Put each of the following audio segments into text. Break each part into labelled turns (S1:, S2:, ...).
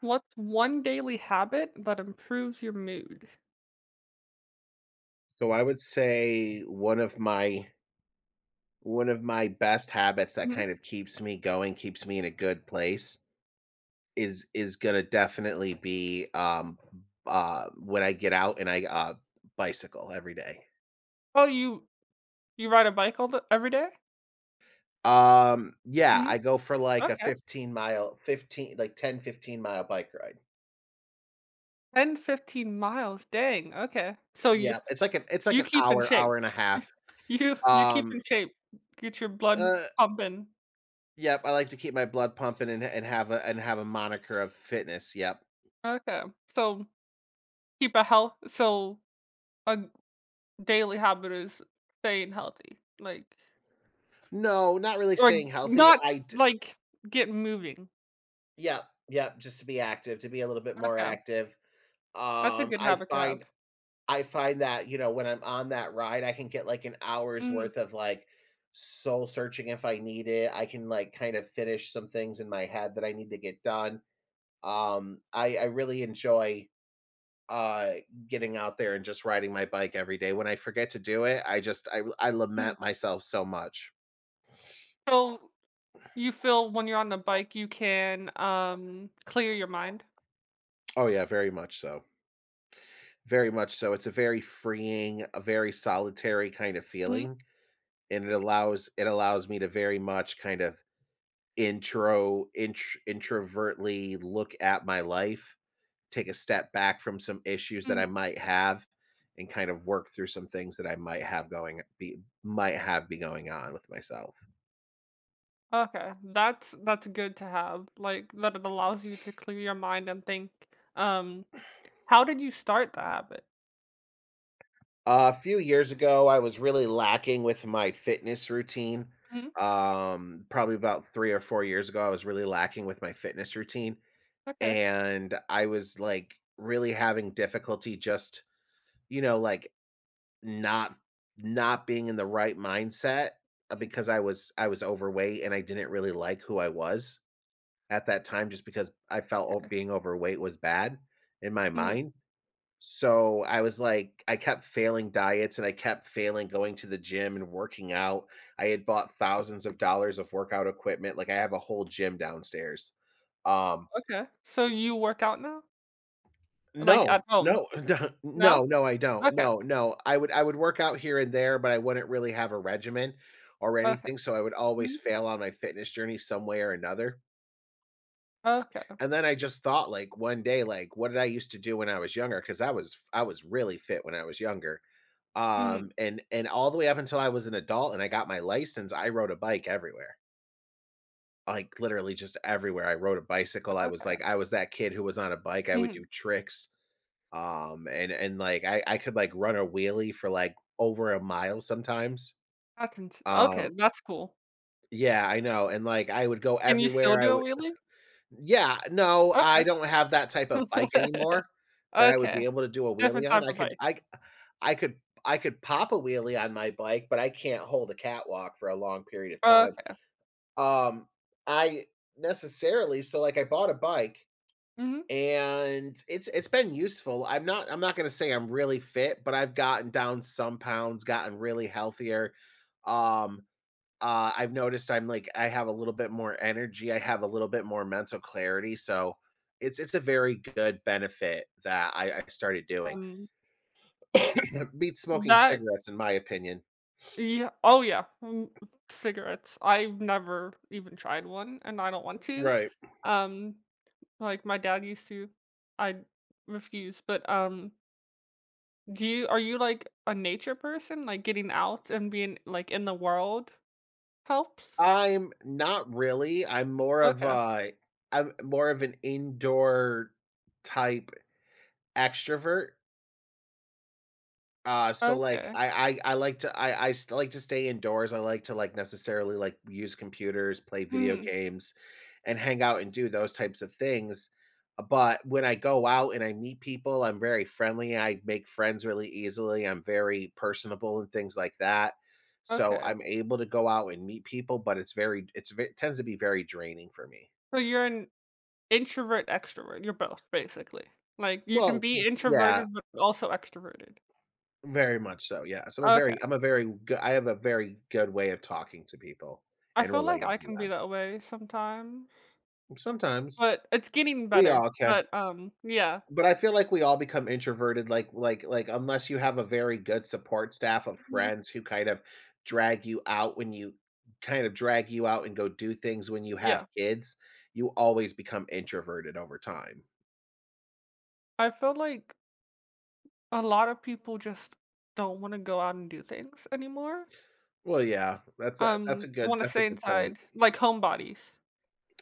S1: What's one daily habit that improves your mood?
S2: So I would say one of my best habits that
S1: Mhm.
S2: kind of keeps me going, keeps me in a good place is gonna definitely be when I get out and I bicycle every day.
S1: Oh, you ride a bike all the every day?
S2: Yeah,
S1: Mhm.
S2: I go for like a
S1: Okay.
S2: 15 mile 15 like 10-15 mile bike ride.
S1: 10-15 miles, dang, okay. So you
S2: Yeah, it's like an it's like
S1: you
S2: an
S1: keep in
S2: hour,
S1: shape.
S2: hour and a half.
S1: You keep in
S2: Um
S1: shape. Get your blood
S2: uh
S1: pumping.
S2: yep, I like to keep my blood pumping and have a moniker of fitness. Yep.
S1: Okay. So keep a health, so a g- daily habit is staying healthy, like,
S2: No, not really
S1: or g-
S2: staying healthy.
S1: not s-
S2: I d
S1: like get moving.
S2: Yep, yep, just to be active, to be a little bit more
S1: Okay.
S2: active.
S1: That's a
S2: Um,
S1: good
S2: I
S1: habit to
S2: find
S1: have.
S2: I find that, when I'm on that ride, I can get, like, an hour's
S1: Mhm,
S2: worth of, like, soul searching if I need it. I can, like, kind of finish some things in my head that I need to get done. I really enjoy, uh, getting out there and just riding my bike every day. When I forget to do it, I just I
S1: mhm.
S2: lament myself so much.
S1: So you feel when you're on the bike, you can, clear your mind?
S2: Oh, yeah, very much so. Very much so. It's a very freeing, a very solitary kind of
S1: Mhm,
S2: feeling, and it allows me to very much kind of introvertly look at my life, take a step back from some issues that I
S1: mhm.
S2: might have, and kind of work through some things that I might have going be might have be going on with myself.
S1: Okay, that's good to have, like, that it allows you to clear your mind and think, um, how did you start the habit?
S2: A few years ago, I was really lacking with my fitness routine.
S1: Mhm,
S2: Probably about 3 or 4 years ago, I was really lacking with my fitness routine,
S1: okay,
S2: and I was, like, really having difficulty just, you know, like, not not being in the right mindset,
S1: mm,
S2: because I was overweight and I didn't really like who I was at that time just because I felt o
S1: okay,
S2: being overweight was bad in my
S1: mm,
S2: mind. So, I was like I kept failing diets and I kept failing going to the gym and working out. I had bought thousands of dollars of workout equipment. Like, I have a whole gym downstairs. um,
S1: okay. So you work out now? Like, at
S2: No,
S1: home?
S2: no, no,
S1: No?
S2: no, no, I don't.
S1: Okay,
S2: No, no. I would work out here and there, but I wouldn't really have a regimen or
S1: okay,
S2: anything, so I would always
S1: mhm,
S2: fail on my fitness journey some way or another.
S1: okay,
S2: And then I just thought, like, one day, like, what did I used to do when I was younger, because I was really fit when I was younger.
S1: mhm,
S2: And all the way up until I was an adult and I got my license, I rode a bike everywhere. Like, literally just everywhere. I rode a bicycle.
S1: okay,
S2: I was that kid who was on a bike. I would
S1: mhm,
S2: do tricks. And, like, I could, like, run a wheelie for, like, over a mile sometimes.
S1: that's ins okay,
S2: Um
S1: that's cool.
S2: Yeah, I know, and, like, I would go
S1: Can you still
S2: everywhere, I
S1: do a
S2: would
S1: wheelie?
S2: yeah, no,
S1: Okay.
S2: I don't have that type of bike anymore that I would be
S1: Okay,
S2: able to do a
S1: different
S2: wheelie
S1: type
S2: on.
S1: of bike.
S2: I could I could pop a wheelie on my bike, but I can't hold a catwalk for a long period of time.
S1: Okay,
S2: Um, I necessarily so, like, I bought a bike,
S1: mhm.
S2: and it's been useful. I'm not gonna say I'm really fit, but I've gotten down some pounds, gotten really healthier. Um, I've noticed I have a little bit more energy. I have a little bit more mental clarity. So it's a very good benefit that I started doing.
S1: Um,
S2: Beats smoking
S1: that
S2: cigarettes, in my opinion.
S1: Yeah, oh yeah, mm, cigarettes. I've never even tried one, and I don't want to.
S2: Right.
S1: Um, like my dad used to, I refuse. But do you are you like a nature person? Like getting out and being like in the world helps.
S2: I'm not really.
S1: Okay,
S2: I'm more of an indoor type extrovert. So, like,
S1: okay,
S2: I like to I st like to stay indoors, I like to, like, necessarily, like, use computers, play video
S1: hmm,
S2: games, and hang out and do those types of things, but when I go out and I meet people, I'm very friendly, I make friends really easily, I'm very personable and things like that, so
S1: okay.
S2: I'm able to go out and meet people, but it tends to be very draining for me.
S1: So you're an introvert extrovert. You're both basically. Like you can
S2: Well, y
S1: be
S2: yeah.
S1: introverted but also extroverted.
S2: Very much so, yeah. So,
S1: Okay,
S2: I have a very good way of talking to people
S1: I
S2: and
S1: feel like
S2: relating
S1: I
S2: to
S1: can be
S2: them.
S1: that way sometimes.
S2: Sometimes.
S1: But it's getting
S2: We
S1: better,
S2: all can.
S1: but, yeah.
S2: But I feel like we all become introverted, unless you have a very good support staff of
S1: Mhm.
S2: friends who kind of drag you out when you kind of drag you out and go do things when you have
S1: Yeah.
S2: kids, you always become introverted over time.
S1: I feel like a lot of people just don't wanna go out and do things anymore,
S2: Well, yeah,
S1: wanna
S2: that's a
S1: stay
S2: good point.
S1: inside, like homebodies,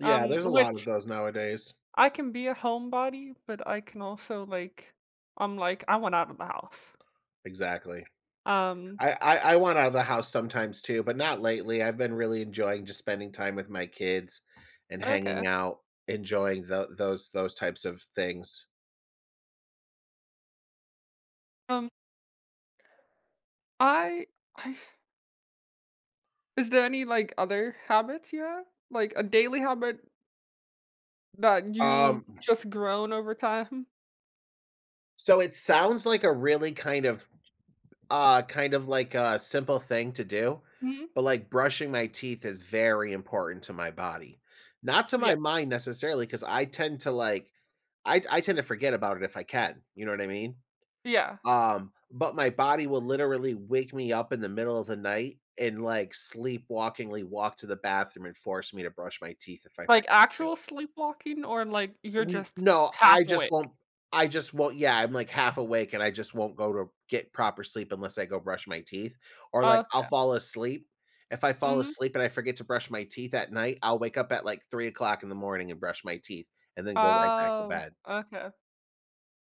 S2: Yeah, there's a lot of
S1: which
S2: those nowadays.
S1: I can be a homebody, but I can also, like, I'm like, "I want out of the house."
S2: Exactly.
S1: Um,
S2: I want out of the house sometimes too, but not lately. I've been really enjoying just spending time with my kids and
S1: okay.
S2: hanging out, enjoying those types of things.
S1: Um, I I Is there any, like, other habits you have? Like, a daily habit that you've
S2: Um,
S1: just grown over time?
S2: so it sounds like a really kind of like a simple thing to do,
S1: Mhm.
S2: but, like, brushing my teeth is very important to my body. Not to
S1: Yeah.
S2: my mind necessarily, because I tend to forget about it if I can. You know what I mean?
S1: Yeah.
S2: But my body will literally wake me up in the middle of the night and, like, sleepwalkingly walk to the bathroom and force me to brush my teeth if I forget
S1: Like,
S2: to do
S1: actual sleepwalking, or, like,
S2: it.
S1: you're
S2: N
S1: just
S2: no,
S1: half awake?
S2: I just won't yeah, I'm, like, half awake, and I just won't go to get proper sleep unless I go brush my teeth, or, like, I'll
S1: Okay.
S2: fall asleep. If I fall
S1: Mhm.
S2: asleep and I forget to brush my teeth at night, I'll wake up at, like, 3 o'clock in the morning and brush my teeth and then go right back to
S1: Oh,
S2: bed.
S1: okay.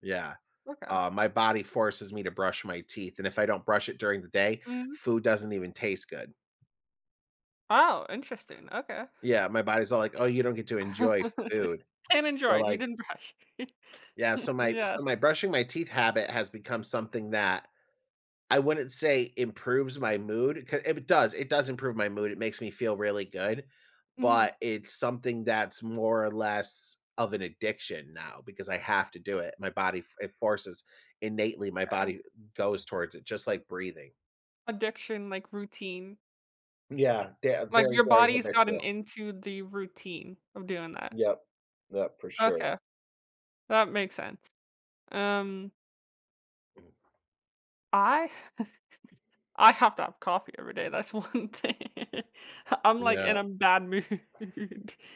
S2: Yeah.
S1: Okay.
S2: My body forces me to brush my teeth, and if I don't brush it during the day,
S1: Mhm.
S2: food doesn't even taste good.
S1: Oh, interesting, okay.
S2: Yeah, my body's all like, "Oh, you don't get to enjoy food."
S1: And
S2: So,
S1: enjoyed, you
S2: like,
S1: didn't brush.
S2: yeah, so
S1: Yeah.
S2: my brushing my teeth habit has become something that I wouldn't say improves my mood. 'Cau It does, it does improve my mood, it makes me feel really good,
S1: Mhm,
S2: but it's something that's more or less of an addiction now because I have to do it. My body, it forces innately, my
S1: okay.
S2: body goes towards it, just like breathing.
S1: Addiction, like, routine.
S2: Yeah, they're
S1: Like,
S2: very,
S1: your
S2: very
S1: body's gotten
S2: habitual.
S1: into the routine of doing that.
S2: Yep. Yep, for sure.
S1: Okay, that makes sense. Um, I I have to have coffee every day, that's one thing. I'm, like, in
S2: Yeah.
S1: a bad mood,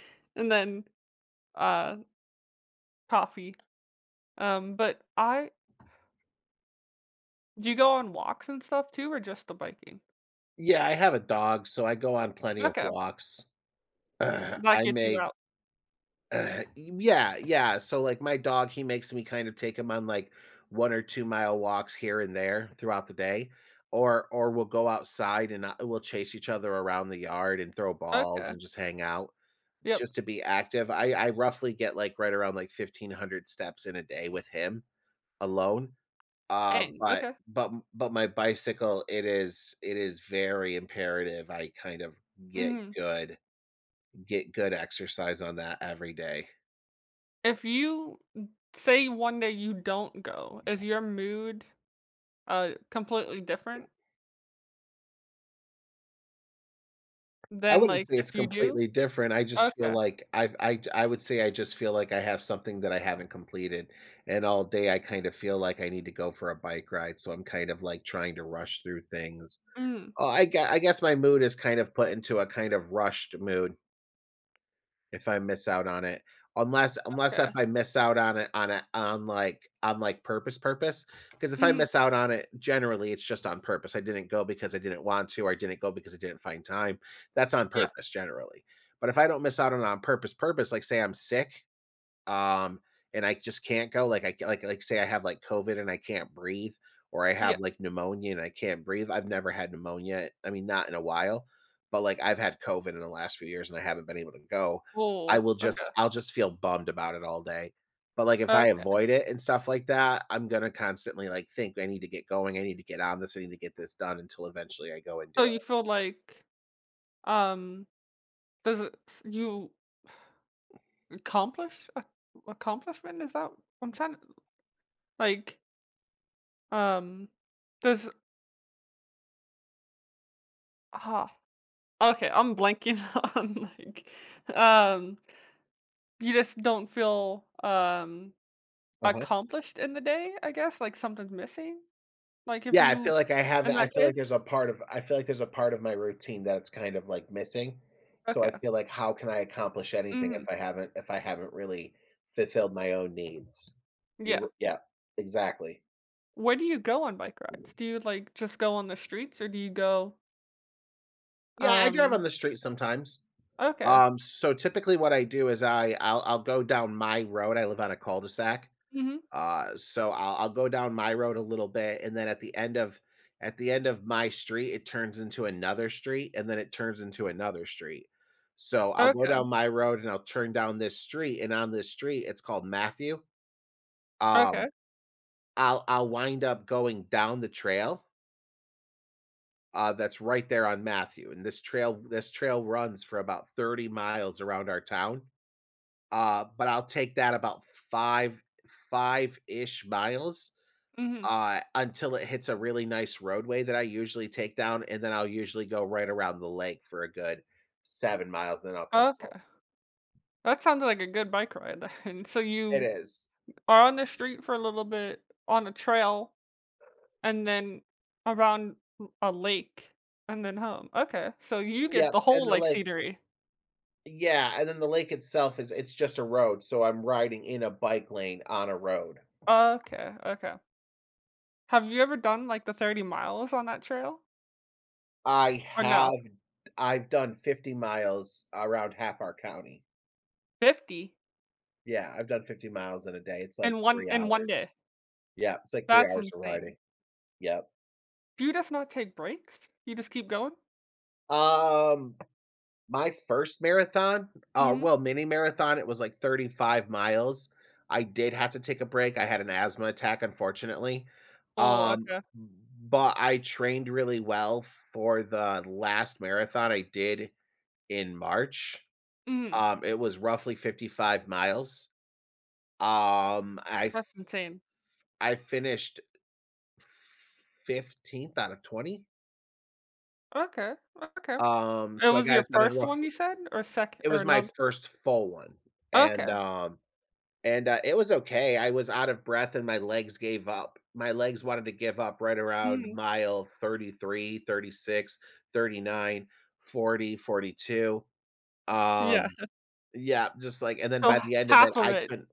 S1: and then, uh, coffee, but I do you go on walks and stuff too, or just the biking?
S2: Yeah, I have a dog, so I go on plenty of
S1: Okay,
S2: walks. I
S1: that gets you
S2: make
S1: out.
S2: yeah, yeah, so, like, my dog, he makes me kind of take him on, like, 1 or 2-mile walks here and there throughout the day, or we'll go outside and, we'll chase each other around the yard and throw balls
S1: Okay,
S2: and just hang out
S1: yep,
S2: just to be active. I roughly get, like, right around, like, 1,500 steps in a day with him alone. Uh,
S1: dang,
S2: but
S1: okay,
S2: but but my bicycle, it is very imperative I kind of get
S1: mhm.
S2: good get good exercise on that every day.
S1: If you, say one day you don't go, is your mood, completely different
S2: I
S1: than,
S2: wouldn't
S1: like,
S2: say it's
S1: if you do?
S2: completely different, I just feel
S1: Okay,
S2: like I would say, I just feel like I have something that I haven't completed, and all day I kind of feel like I need to go for a bike ride, so I'm kind of, like, trying to rush through things.
S1: mhm,
S2: Oh, I guess my mood is kind of put into a kind of rushed mood if I miss out on it, unless if
S1: okay,
S2: I miss out on it on, like, purpose purpose, because if I
S1: mhm,
S2: miss out on it, generally, it's just on purpose. I didn't go because I didn't want to, or I didn't go because I didn't find time. That's on
S1: yeah,
S2: purpose generally. But if I don't miss out on it on purpose purpose, like, say I'm sick, um, and I just can't go, like, I c like, say I have, like, COVID and I can't breathe, or I have,
S1: yeah,
S2: like, pneumonia and I can't breathe. I've never had pneumonia, I mean, not in a while, but, like, I've had COVID in the last few years and I haven't been able to go.
S1: oh, okay,
S2: I'll just feel bummed about it all day. But, like, if I
S1: okay.
S2: avoid it and stuff like that, I'm gonna constantly, like, think, "I need to get going. I need to get on this. I need to get this done," until eventually I go and do
S1: So
S2: it.
S1: you feel like, um, does it you accomplish a accomplishment? Is that what I'm trying to, like, um, does ah, okay, I'm blanking on, like, um, you just don't feel,
S2: Uh-huh.
S1: accomplished in the day, I guess? Like, something's missing? Like, if
S2: Yeah, I
S1: you
S2: feel like I have
S1: in
S2: I
S1: that
S2: feel like
S1: case?
S2: there's a part of I feel like there's a part of my routine that's kind of, like, missing. So I
S1: Okay.
S2: feel like how can I accomplish anything
S1: Mhm.
S2: if I haven't really fulfilled my own needs? You're
S1: Yeah.
S2: r yeah, exactly.
S1: Where do you go on bike rides? Do you, like, just go on the streets, or do you go,
S2: Yeah, I drive
S1: um
S2: on the street sometimes.
S1: okay.
S2: So typically what I do is I'll go down my road. I live on a cul-de-sac.
S1: Mhm.
S2: So I'll go down my road a little bit and then at the end of my street it turns into another street and then it turns into another street. So I'll go down
S1: Okay.
S2: my road and I'll turn down this street, and on this street it's called Matthew. Um,
S1: Okay.
S2: I'll wind up going down the trail that's right there on Matthew, and this trail runs for about 30 miles around our town. But I'll take that about 5 5-ish miles,
S1: Mhm.
S2: until it hits a really nice roadway that I usually take down, and then I'll usually go right around the lake for a good 7 miles, and then I'll come home.
S1: Okay. That sounded like a good bike ride, and so
S2: It
S1: you
S2: is.
S1: are on the street for a little bit, on a trail, and then around a lake, and then home. Okay, so you get
S2: Yep,
S1: the
S2: and
S1: whole,
S2: the
S1: like,
S2: lake
S1: scenery.
S2: Yeah, and then the lake itself is it's just a road, so I'm riding in a bike lane on a road.
S1: Okay, okay. Have you ever done, like, the 30 miles on that trail?
S2: I
S1: Or no?
S2: have I've done 50 miles around Happar County.
S1: 50?
S2: Yeah, I've done 50 miles in a day, it's like
S1: In one
S2: 3
S1: in one
S2: hours.
S1: day?
S2: Yeah, it's like 3
S1: That's
S2: hours of
S1: insane.
S2: riding. Yep.
S1: Do you just not take breaks? You just keep going?
S2: Um, my first marathon,
S1: Mhm.
S2: well, mini marathon, it was like 35 miles. I did have to take a break. I had an asthma attack, unfortunately.
S1: Oh,
S2: Um,
S1: okay.
S2: but I trained really well for the last marathon I did in March.
S1: Mhm.
S2: It was roughly 55 miles. Um, I
S1: That's insane.
S2: I finished 15th out of 20.
S1: Okay, okay. It
S2: So I
S1: was
S2: got
S1: your
S2: it done in
S1: first
S2: rough
S1: one you said? Or second,
S2: It was
S1: or
S2: my
S1: not.
S2: first full one, and,
S1: Okay.
S2: um and, it was okay. I was out of breath and my legs gave up. My legs wanted to give up right around
S1: Mhm.
S2: mile 33, 36, 39, 40, 42.
S1: Yeah.
S2: um Yeah, just like and then
S1: So
S2: by
S1: h
S2: the end of it,
S1: half of
S2: I
S1: it.
S2: couldn't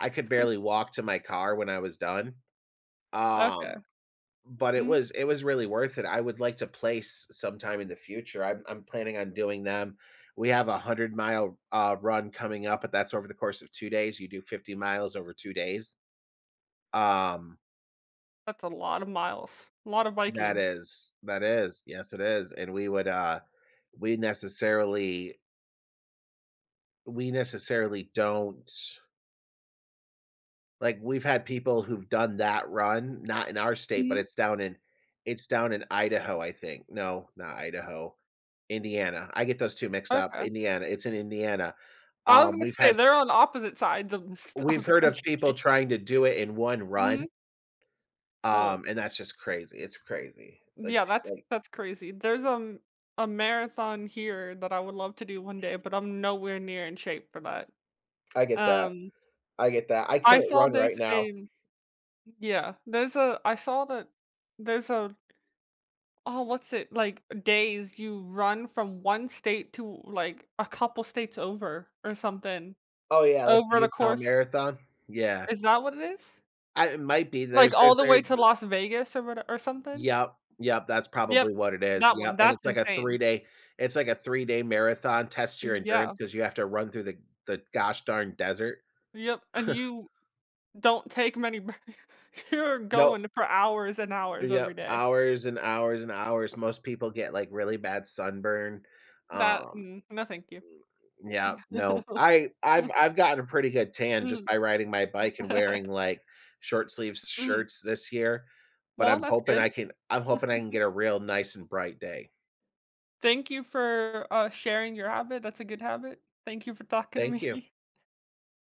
S2: I could barely walk to my car when I was done, um
S1: Okay.
S2: but
S1: Mhm.
S2: it was really worth it. I would like to place sometime in the future. I'm planning on doing them. We have a 100 mile, run coming up, but that's over the course of 2 days. You do 50 miles over 2 days. Um,
S1: That's a lot of miles. A lot of
S2: that
S1: biking.
S2: is. Yes, it is, and we would, we necessarily we necessarily don't, like, we've had people who've done that run, not in our state, but
S1: Mhm.
S2: it's down in Idaho, I think. No, not Idaho. Indiana. I get those 2 mixed up.
S1: Okay.
S2: Indiana, it's in Indiana.
S1: I was
S2: Um,
S1: gonna
S2: we've
S1: say
S2: had
S1: they're on opposite sides of the s of
S2: we've
S1: the
S2: heard of people
S1: country.
S2: trying to do it in 1 run,
S1: Mhm. Oh.
S2: and that's just crazy. It's crazy.
S1: Yeah, that's that's crazy. There's, a marathon here that I would love to do one day, but I'm nowhere near in shape for that.
S2: I get that.
S1: Um,
S2: I get that. I
S1: I
S2: couldn't
S1: saw
S2: run right
S1: there's
S2: now.
S1: a Yeah. There's a I saw that there's a Oh, what's it like days you run from one state to, like, a couple states over or something
S2: Oh, yeah, like the
S1: over the
S2: Utah
S1: course,
S2: Marathon? Yeah.
S1: is that what it is?
S2: I It might be.
S1: Like,
S2: There's
S1: all the
S2: there
S1: way to Las Vegas or what or something?
S2: Yep, yep, that's
S1: Yep,
S2: probably what it is.
S1: that
S2: Yep,
S1: one,
S2: and
S1: that's insane.
S2: it's like a three-day marathon. Tests your endurance
S1: Yeah,
S2: because you have to run through the gosh darn desert.
S1: yep, and you don't take many br you're
S2: No.
S1: going for hours and hours
S2: Yep,
S1: every day.
S2: hours and hours and hours. Most people get, like, really bad sunburn.
S1: That
S2: Um,
S1: mm, no, thank you.
S2: yeah, no. I've gotten a pretty good tan just
S1: Mm.
S2: by riding my bike and wearing, like, short sleeve
S1: Mhm.
S2: shirts this year, but
S1: Well, that's good.
S2: I'm hoping I can get a real nice and bright day.
S1: Thank you for, sharing your habit, that's a good habit. Thank you for talking to
S2: Thank you.
S1: me.